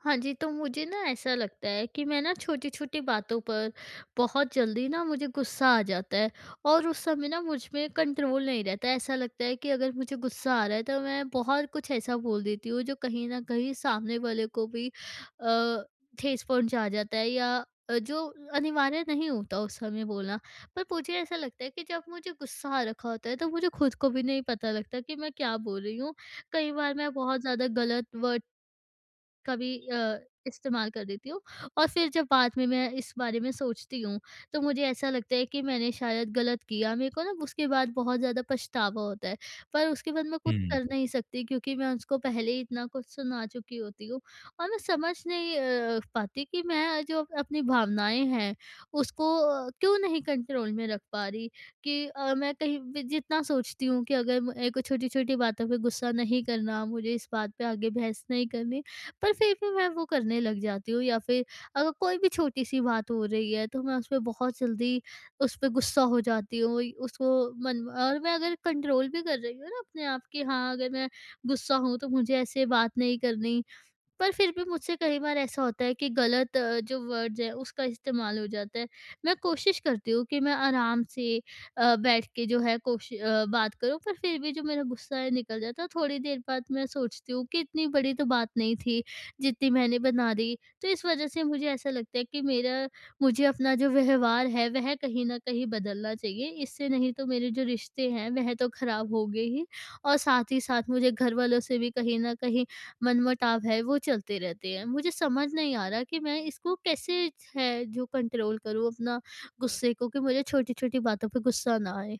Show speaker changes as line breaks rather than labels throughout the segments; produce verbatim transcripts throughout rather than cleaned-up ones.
हाँ जी, तो मुझे ना ऐसा लगता है कि मैं ना छोटी-छोटी बातों पर बहुत जल्दी ना मुझे गुस्सा आ जाता है और उस समय ना मुझ में कंट्रोल नहीं रहता। ऐसा लगता है कि अगर मुझे गुस्सा आ रहा है तो मैं बहुत कुछ ऐसा बोल देती हूँ जो कहीं न कहीं सामने वाले को भी अ, ठेस पहुँचा जाता है या अ, जो अनिवार्य नहीं होता उस समय बोलना। पर मुझे ऐसा लगता है कि जब मुझे गुस्सा आ रखा होता है तो मुझे खुद को भी नहीं पता लगता कि मैं क्या बोल रही हूँ। कई बार मैं बहुत ज़्यादा गलत वर्ड कभी अ, इस्तेमाल कर देती हूँ और फिर जब बाद में मैं इस बारे में सोचती हूँ, तो मुझे ऐसा लगता है कि मैंने शायद गलत किया। मेरे को ना उसके बाद बहुत ज़्यादा पछतावा होता है, पर उसके बाद मैं कुछ कर
हुँ।
नहीं सकती क्योंकि मैं उसको पहले ही इतना कुछ सुना चुकी होती हूँ और मैं समझ नहीं अ, पाती कि मैं जो अप- अपनी भावनाएँ हैं, उसको अ, क्यों नहीं कंट्रोल में रख पा रही, कि अ, मैं कहीं भी जितना सोचती हूँ कि अगर मेरे को छोटी-छोटी बातों पे गुस्सा नहीं करना, मुझे इस बात पे आगे बहस नहीं करनी। पर फिर भी मैं वो करने लग जाती हूँ या फिर अगर कोई भी छोटी सी बात हो रही है तो मैं उस पे बहुत जल्दी उस पे गुस्सा हो जाती हूँ उसको मन, और मैं अगर कंट्रोल भी कर रही हूँ ना अपने आप कि हाँ अगर मैं गुस्सा हूँ तो मुझे ऐसे बात नहीं करनी, पर फिर भी मुझसे कई बार ऐसा होता है कि गलत अ, जो वर्ड्स है उसका इस्तेमाल हो जाता है। मैं कोशिश करती हूँ कि मैं आराम से अ, बैठ के जो है कोशि अ, बात करूँ, पर फिर भी जो मेरा गुस्सा है निकल जाता है। थोड़ी देर बाद मैं सोचती हूँ कि इतनी बड़ी तो बात नहीं थी, जितनी मैंने बना दी। तो इस वज़ह से मुझे ऐसा लगता है कि मेरा, मुझे अपना जो व्यवहार है वह कहीं न कहीं बदलना चाहिए। इससे नहीं तो मेरे जो रिश्ते हैं वह तो खराब होंगे ही, और साथ ही साथ मुझे घर वालों से भी कहीं न कहीं मनमुटाव है, वो चलते रहते हैं। मुझे समझ नहीं आ रहा कि मैं इसको कैसे है जो कंट्रोल करूँ अपना गुस्से को, कि मुझे छोटी-छोटी बातों पे गुस्सा ना आए।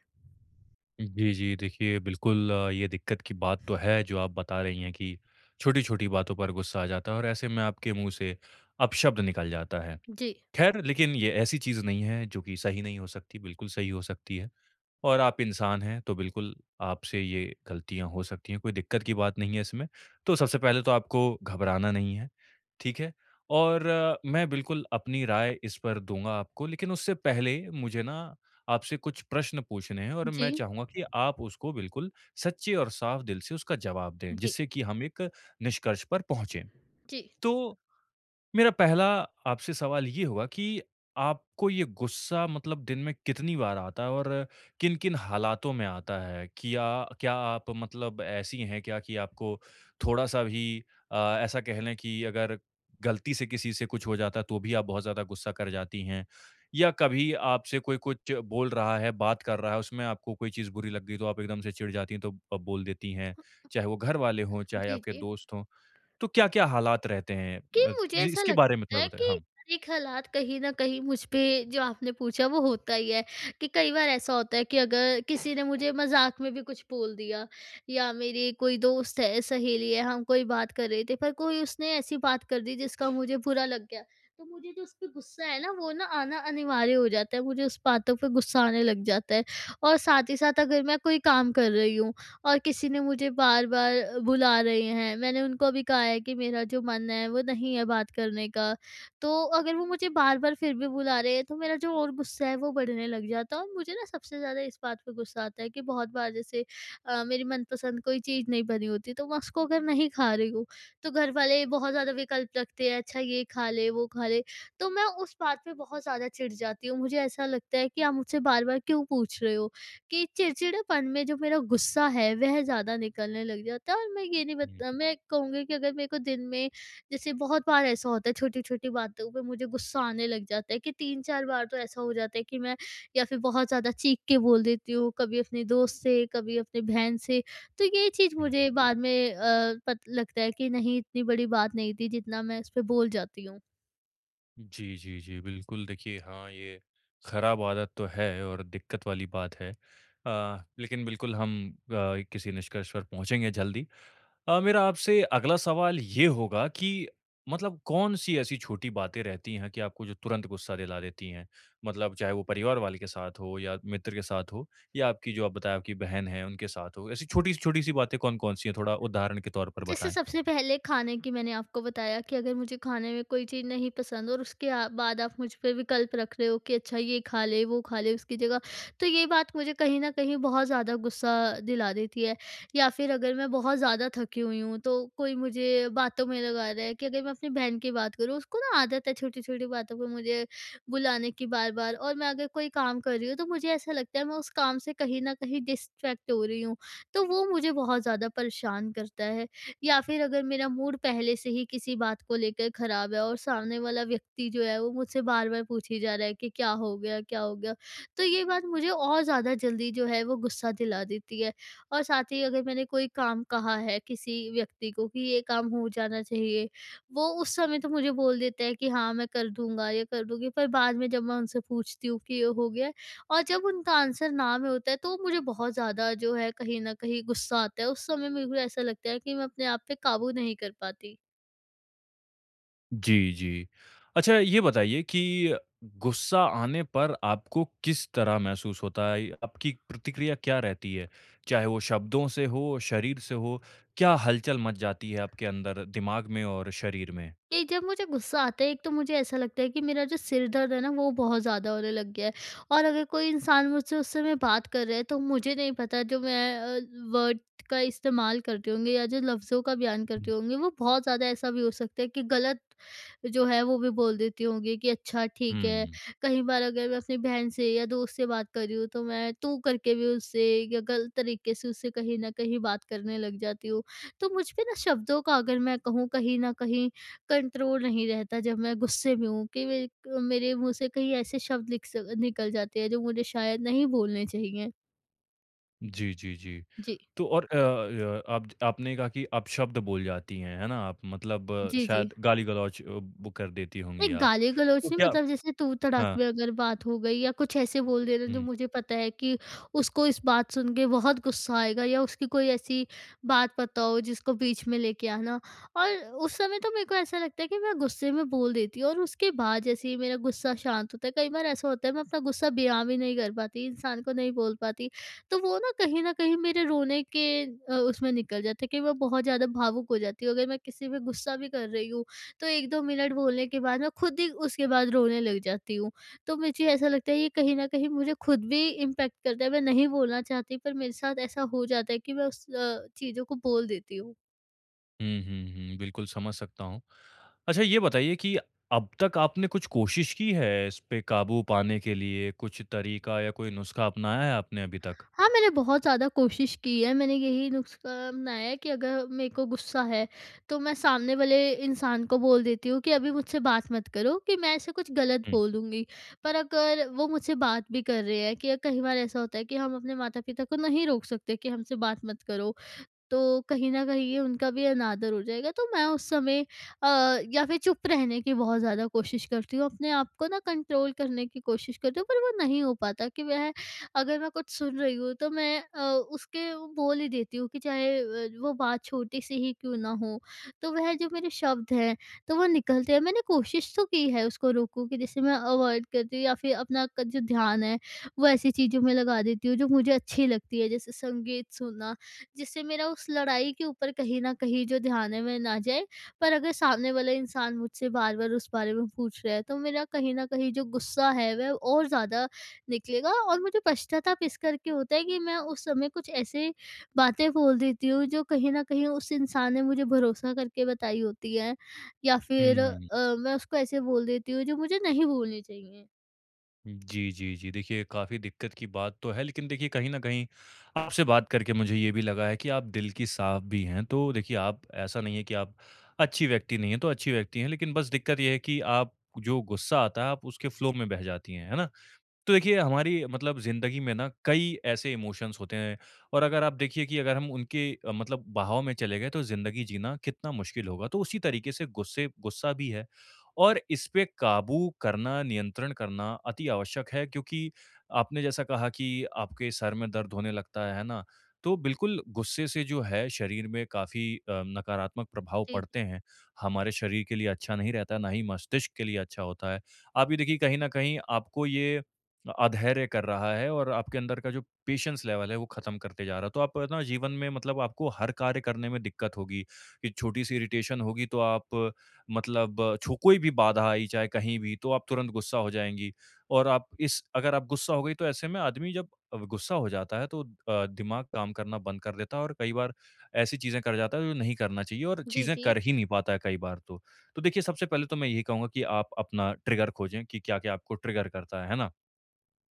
जी, जी। देखिए बिल्कुल अ, ये दिक्कत की बात तो है जो आप बता रही हैं कि छोटी-छोटी बातों पर गुस्सा आ जाता है और ऐसे में आपके मुँह से अपशब्द निकल जाता है।
जी।
ख़ैर लेकिन ये ऐसी चीज़ नहीं है जो कि सही नहीं हो सकती, बिल्कुल सही हो सकती है। और आप इंसान हैं, तो बिल्कुल आपसे ये गलतियाँ हो सकती हैं, कोई दिक्कत की बात नहीं है इसमें। तो सबसे पहले तो आपको घबराना नहीं है, ठीक है? और अ, मैं बिल्कुल अपनी राय इस पर दूँगा आपको, लेकिन उससे पहले मुझे ना आपसे कुछ प्रश्न पूछने हैं और मैं
जी,
चाहूँगा कि आप उसको बिल्कुल सच्चे और साफ दिल से उसका जवाब दें,
जी,
जिससे कि हम एक निष्कर्ष पर पहुँचे।
जी,
तो मेरा पहला आपसे सवाल ये होगा कि आपको ये गुस्सा मतलब दिन में कितनी बार आता है और किन-किन हालातों में आता है? क्या क्या आप मतलब ऐसी हैं क्या कि आपको थोड़ा-सा भी अ, ऐसा कह लें कि अगर गलती से किसी से कुछ हो जाता है तो भी आप बहुत ज़्यादा गुस्सा कर जाती हैं? या कभी आपसे कोई कुछ बोल रहा है, बात कर रहा है, उसमें आपको कोई चीज़ बुरी लग गई तो आप एकदम से चिढ़ जाती हैं तो अ, बोल देती हैं? चाहे वो घरवाले हों, चाहे
जी,
आपके
जी।
दोस्त हों। तो क्या-क्या हालात रहते हैं?
कि
अ,
मुझे
ये
ऐसा
इसके बारे में
लगता
थोड़ा
है
बताएँ?
कि
हाँ।
हर एक हालात कहीं न कहीं मुझ पे जो आपने पूछा वो होता ही है, कि कई बार ऐसा होता है कि अगर किसी ने मुझे मज़ाक में भी कुछ बोल दिया, या मेरी कोई दोस्त है, सहेली है, हम कोई बात कर रहे थे पर कोई उसने ऐसी बात कर दी जिसका मुझे बुरा लग गया, तो मुझे जो उस पे गुस्सा है ना वो ना आना अनिवार्य हो जाता है, मुझे उस बातों पे गुस्सा आने लग जाता है। और साथ ही साथ अगर मैं कोई काम कर रही हूँ और किसी ने मुझे बार-बार बुला रहे हैं। मैंने उनको भी कहा है कि मेरा जो मन है वो नहीं है बात करने का। तो अगर वो मुझे बार-बार फिर भी बुला रहे हैं तो मेरा जो और गुस्सा है वो बढ़ने लग जाता है, और मुझे ना सबसे ज़्यादा इस बात पे गुस्सा आता है कि बहुत बार जैसे अ, मेरी मनपसंद कोई चीज़ नहीं बनी होती तो मैं उसको अगर नहीं खा रही हूँ, तो घर वाले बहुत ज़्यादा विकल्प रखते हैं, अच्छा ये खा ले, वो खा ले। तो मैं उस बात पे बहुत ज़्यादा चिढ़ जाती हूँ। मुझे ऐसा लगता है कि आप मुझसे बार-बार क्यों पूछ रहे हो? कि चिड़चिड़ेपन में जो मेरा गुस्सा है वह ज़्यादा निकलने लग जाता है, और मैं ये नहीं
हुँ,
बता, मैं कहूँगी कि अगर मेरे को दिन में जैसे बहुत बार ऐसा होता है छोटी-छोटी बातों पे मुझे गुस्सा आने लग जाता है, कि तीन चार बार तो ऐसा हो जाता है कि मैं या फिर बहुत ज़्यादा चीख के बोल देती हूँ, कभी अपने दोस्त से, कभी अपनी बहन से। तो ये चीज़
हुँ, हुँ।
मुझे बाद में अ, पत लगता है कि नहीं इतनी बड़ी बात नहीं थी जितना मैं इस पे बोल जाती हूँ।
जी, जी, जी, बिल्कुल देखिए हाँ, ये खराब आदत तो है और दिक्कत वाली बात है। अ, लेकिन बिल्कुल हम अ, किसी निष्कर्ष पर पहुँचेंगे जल्दी। अ, मेरा आपसे अगला सवाल ये होगा कि मतलब कौन-सी ऐसी छोटी बातें रहती हैं कि आपको जो तुरंत गुस्सा दिला देती हैं? मतलब चाहे वो परिवार वाले के साथ हो या मित्र के साथ हो या आपकी जो आप बताएँ आपकी बहन है, उनके साथ हो। ऐसी छोटी-सी छोटी-सी बातें कौन-कौन सी हैं? थोड़ा उदाहरण के तौर पर
जैसे
बताएँ।
सबसे पहले खाने की मैंने आपको बताया कि अगर मुझे खाने में कोई चीज़ नहीं पसंद और उसके आ- बाद आप मुझ पे विकल्प रख रहे हो कि अच्छा ये खा ले वो खा ले उसकी जगह, तो ये बात मुझे कहीं ना कहीं बहुत ज़्यादा गुस्सा दिला देती है। या फिर अगर मैं बहुत ज़्यादा थकी हुई हूँ तो कोई मुझे बातों में लगा रहा है, कि अगर मैं अपनी बहन की बात करूँ, उसको ना आदत है छोटी छोटी बातों पर मुझे बुलाने की बार बार, और मैं अगर कोई काम कर रही हूँ तो मुझे ऐसा लगता है मैं उस काम से कहीं ना कहीं डिस्ट्रैक्ट हो रही हूँ, तो वो मुझे बहुत ज़्यादा परेशान करता है। या फिर अगर मेरा मूड पहले से ही किसी बात को लेकर ख़राब है और सामने वाला व्यक्ति जो है वो मुझसे बार-बार पूछे जा रहा है कि क्या हो गया, क्या हो गया? तो ये बात मुझे और ज़्यादा जल्दी जो है वो गुस्सा दिला देती है। और साथ ही अगर मैंने कोई काम कहा है किसी व्यक्ति को कि ये काम हो जाना चाहिए, वो उस समय तो मुझे बोल देता है कि हाँ, मैं कर दूँगा या कर दूँगी, पर बाद में जब मैं उनसे पूछती हूँ कि ये हो गया है? और जब उनका आंसर ना में होता है तो मुझे बहुत ज़्यादा जो है कहीं न कहीं गुस्सा आता है। उस समय मेरे को ऐसा लगता है कि मैं अपने आप पे काबू नहीं कर पाती।
जी, जी। अच्छा ये बताइए कि गुस्सा आने पर आपको किस तरह महसूस होता है? आपकी प्रतिक्रिया क्या रहती है? चाहे वो शब्दों से हो, शरीर से हो, क्या हलचल मच जाती है आपके अंदर दिमाग में और शरीर में?
कि जब मुझे गुस्सा आता है, एक तो मुझे ऐसा लगता है कि मेरा जो सिर दर्द है ना वो बहुत ज़्यादा होने लग गया है, और अगर कोई इंसान मुझसे उस समय बात कर रहा है तो मुझे नहीं पता जो मैं वर्ड का इस्तेमाल करती होंगी या जो लफ्ज़ों का बयान करती
हुँ।
होंगी, वो बहुत ज़्यादा ऐसा भी हो सकता है कि गलत जो है वो भी बोल देती होंगी कि अच्छा ठीक है।
हुँ।
कई बार अगर मैं अपनी बहन से या दोस्त से बात कर रही हूँ, तो मैं तू करके भी उससे या गलत तरीके से उससे कहीं ना कहीं बात करने लग जाती हूँ। तो मुझ पे ना शब्दों का, अगर मैं कहूँ, कहीं ना कहीं कंट्रोल नहीं रहता जब मैं गुस्से में हूँ, कि मेरे क मेरे मुँह से कहीं ऐसे शब्द निक स निकल जाते हैं जो मुझे शायद नहीं बोलने चाहिए।
जी, जी, जी।
जी।
तो और अ अ, आप आपने कहा कि आप शब्द बोल जाती हैं, है ना? आप मतलब अ,
जी, जी।
शायद गाली-गलौच अ, वो कर देती
नहीं,
होंगी आप।
गाली-गलौच
तो
नहीं,
क्या
मतलब जैसे तू-तड़ाक
हाँ।
में अगर बात हो गई या कुछ ऐसे बोल देना जो
हुँ।
मुझे पता है कि उसको इस बात सुन के बहुत गुस्सा आएगा, या उसकी कोई ऐसी बात पता हो जिसको बीच में लेके आना। और उस समय तो मेरे को ऐसा लगता है कि मैं गुस्से में बोल देती हूँ, और उसके बाद जैसे ही मेरा गुस्सा शांत होता है, कई बार ऐसा होता है मैं अपना गुस्सा बयान भी नहीं कर पाती, इंसान को नहीं बोल पाती। तो वो ना कहीं न कहीं मेरे रोने के अ, उसमें निकल जाता है, कि मैं बहुत ज़्यादा भावुक हो जाती हूँ। अगर मैं किसी पे गुस्सा भी कर रही हूँ तो एक दो मिनट बोलने के बाद मैं खुद ही उसके बाद रोने लग जाती हूँ। तो मुझे ऐसा लगता है ये कहीं न कहीं मुझे खुद भी इम्पैक्ट करता है, मैं नहीं बोलना चाहती पर मेरे साथ ऐसा हो जाता है कि मैं उस अ, चीज़ों को बोल देती हूँ।
हुँ, हुँ, हुँ। बिल्कुल समझ सकता हूँ। अच्छा ये बताइए कि अब तक आपने कुछ कोशिश की है इस पे काबू पाने के लिए? कुछ तरीका या कोई नुस्खा अपनाया है आपने अभी तक?
हाँ, मैंने बहुत ज़्यादा कोशिश की है, मैंने यही नुस्ख़ा अपनाया है कि अगर मेरे को गुस्सा है, तो मैं सामने वाले इंसान को बोल देती हूँ कि अभी मुझसे बात मत करो कि मैं ऐसे कुछ गलत
हुँ।
बोलूँगी। पर अगर वो मुझसे बात भी कर रहे हैं, कि कई बार ऐसा होता है कि हम अपने माता-पिता को नहीं रोक सकते कि हमसे बात मत करो। तो कहीं न कहीं ये उनका भी अनादर हो जाएगा, तो मैं उस समय अ, या फिर चुप रहने की बहुत ज़्यादा कोशिश करती हूँ, अपने आप को ना कंट्रोल करने की कोशिश करती हूँ, पर वो नहीं हो पाता कि वह अगर मैं कुछ सुन रही हूँ, तो मैं अ, उसके वो बोल ही देती हूँ, कि चाहे अ, वो बात छोटी-सी ही क्यों ना हो, तो वह जो मेरे शब्द हैं, तो वो निकलते हैं। मैंने कोशिश तो की है उसको रोकूँ, कि जैसे मैं अवॉइड करती हूँ या फिर अपना क जो ध्यान है, वो ऐसी चीज़ों में लगा देती हूँ, जो मुझे अच्छी लगती है, जैसे संगीत सुनना, जिससे मेरा उस लड़ाई के ऊपर कहीं न कहीं जो ध्यान है, वह ना जाए। पर अगर सामने वाला इंसान मुझसे बार-बार उस बारे में पूछ रहा है, तो मेरा कहीं न कहीं जो गुस्सा है, वह और ज़्यादा निकलेगा, और मुझे पश्चाताप इस करके होता है कि मैं उस समय कुछ ऐसे बातें बोल देती हूँ, जो कहीं न कहीं उस इंसान ने मुझे भरोसा करके बताई होती हैं, या फिर
हुँ।
अ, मैं उसको ऐसे बोल देती हूँ, जो मुझे नहीं बोलनी चाहिए।
जी, जी, जी। देखिए काफ़ी दिक्कत की बात तो है लेकिन देखिए कहीं न कहीं आपसे बात करके मुझे ये भी लगा है कि आप दिल की साफ़ भी हैं। तो देखिए आप ऐसा नहीं है कि आप अच्छी व्यक्ति नहीं हैं, तो अच्छी व्यक्ति हैं लेकिन बस दिक्कत ये है कि आप जो गुस्सा आता है आप उसके फ़्लो में बह जाती हैं, है ना? तो देखिए हमारी मतलब ज़िंदगी में ना कई ऐसे इमोशंस होते हैं और अगर आप देखिए कि अगर हम उनके अ, मतलब बहाव में चले गए तो ज़िंदगी जीना कितना मुश्किल होगा। तो उसी तरीके से गुस्से गुस्सा भी है और इस पे काबू करना, नियंत्रण करना अति आवश्यक है क्योंकि आपने जैसा कहा कि आपके सर में दर्द होने लगता है, है ना? तो बिल्कुल गुस्से से जो है शरीर में काफ़ी अ, नकारात्मक प्रभाव
जी,
पड़ते हैं। हमारे शरीर के लिए अच्छा नहीं रहता, ना ही मस्तिष्क के लिए अच्छा होता है। आप ये देखिए कहीं न कहीं आपको ये अधैर्य कर रहा है और आपके अंदर का जो पेशेंस लेवल है वो खत्म करते जा रहा है तो आप ना जीवन में मतलब आपको हर कार्य करने में दिक्कत होगी कि छोटी सी इरिटेशन होगी तो आप मतलब छो कोई भी बाधा आई चाहे कहीं भी तो आप तुरंत गुस्सा हो जाएंगी और आप इस अगर आप गुस्सा हो गई तो ऐसे में आदमी जब गुस्सा हो जाता है तो अ, दिमाग काम करना बंद कर देता है और कई बार ऐसी चीजें कर जाता है जो नहीं करना चाहिए और
जी,
चीजें
जी।
कर ही नहीं पाता है कई बार तो। तो देखिए सबसे पहले तो मैं यही कहूंगा कि आप अपना ट्रिगर खोजें कि क्या क्या आपको ट्रिगर करता है है ना?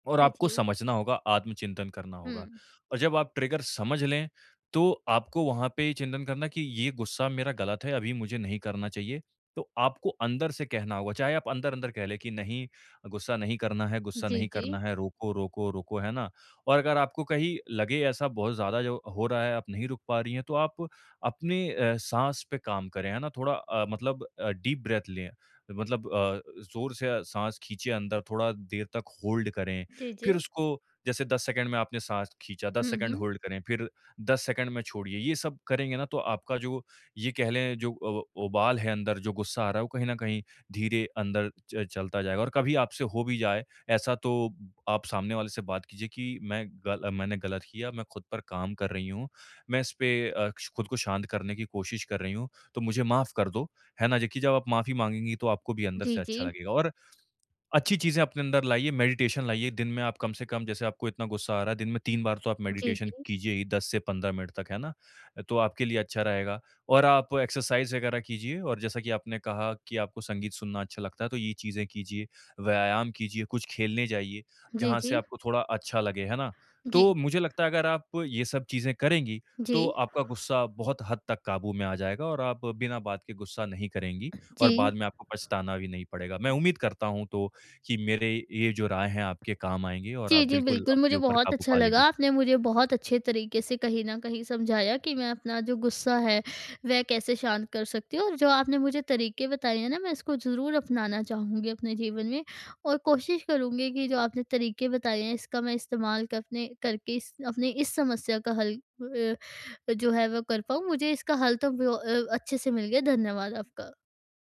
और
जी,
आपको
जी।
समझना होगा, आत्मचिंतन करना
हुँ।
होगा। और जब आप ट्रिगर समझ लें, तो आपको वहाँ पे चिंतन करना कि ये गुस्सा मेरा गलत है, अभी मुझे नहीं करना चाहिए। तो आपको अंदर से कहना होगा, चाहे आप अंदर-अंदर कह लें कि नहीं, गुस्सा नहीं करना है, गुस्सा
जी,
नहीं
जी।
करना है, रोको, रोको, रोको, है ना? और अगर आपको कहीं लगे ऐसा बहुत ज़्यादा जो हो रहा है, आप नहीं रुक पा रही हैं, तो आप अपने अ, साँस पे काम करें, है ना? थोड़ा अ, मतलब अ, डीप ब्रेथ लें, मतलब अ, ज़ोर से सांस खींचे अंदर, थोड़ा देर तक होल्ड करें।
जी, जी।
फिर उसको जैसे दस सेकंड में आपने साँस खींचा, दस
हुँ,
सेकंड
हुँ।
होल्ड करें, फिर दस सेकंड में छोड़िए। ये सब करेंगे ना तो आपका जो ये कह लें जो उ उबाल है अंदर, जो गुस्सा आ रहा है वो कहीं न कहीं धीरे अंदर च चलता जाएगा और कभी आपसे हो भी जाए ऐसा, तो आप सामने वाले से बात कीजिए कि मैं गल मैंने गलत किया, मैं खुद पर काम कर रही हूँ, मैं इस पे अ, खुद को शांत करने की कोशिश कर रही हूँ, तो मुझे माफ़ कर दो। है ना? देखिए जब आप माफ़ी माँगेंगी तो आपको भी अंदर
जी,
से अच्छा
जी।
लगेगा और अच्छी चीज़ें अपने अंदर लाइए, मेडिटेशन लाइए, दिन में आप कम से कम जैसे आपको इतना गुस्सा आ रहा है, दिन में तीन बार तो आप
जी,
मेडिटेशन
जी।
कीजिए ही दस से पंद्रह मिनट तक, है ना? तो आपके लिए अच्छा रहेगा और आप एक्सरसाइज़ वगैरह कीजिए और जैसा कि आपने कहा कि आपको संगीत सुनना अच्छा लगता है, तो ये चीज़ें कीजिए, व्यायाम कीजिए, कुछ खेलने जाइए,
जी,
जहाँ
जी।
से आपको थोड़ा अच्छा लगे, है ना?
जी,
तो मुझे लगता है अगर आप ये सब चीज़ें करेंगी,
जी,
तो आपका गुस्सा बहुत हद तक काबू में आ जाएगा और आप बिना बात के गुस्सा नहीं करेंगी
जी।
और बाद में आपको पछताना भी नहीं पड़ेगा। मैं उम्मीद करता हूँ तो कि मेरे ये जो राय हैं आपके काम आएँगी और
जी,
आप
जी,
बिल्कुल
बिल्कुल मुझे
अपने ऊपर
बहुत
काबू
अच्छा
पा
लगा,
लेंगी।
आपने मुझे बहुत अच्छे तरीके से कहीं न कहीं समझाया कि मैं अपना जो गुस्सा है, वह कैसे शांत कर सकती हूँ, और जो आपने मुझे तरीके बताए हैं ना, मैं इसको ज़रूर अपनाना चाहूँगी अपने जीवन में, और कोशिश करूँगी कि जो आपने तरीके बताए हैं, इसका मैं इस्तेमाल क अपने करके इस अपनी इस समस्या का हल अ, जो है वो कर पाऊँ। मुझे इसका हल तो ब अ, अच्छे से मिल गया, धन्यवाद आपका।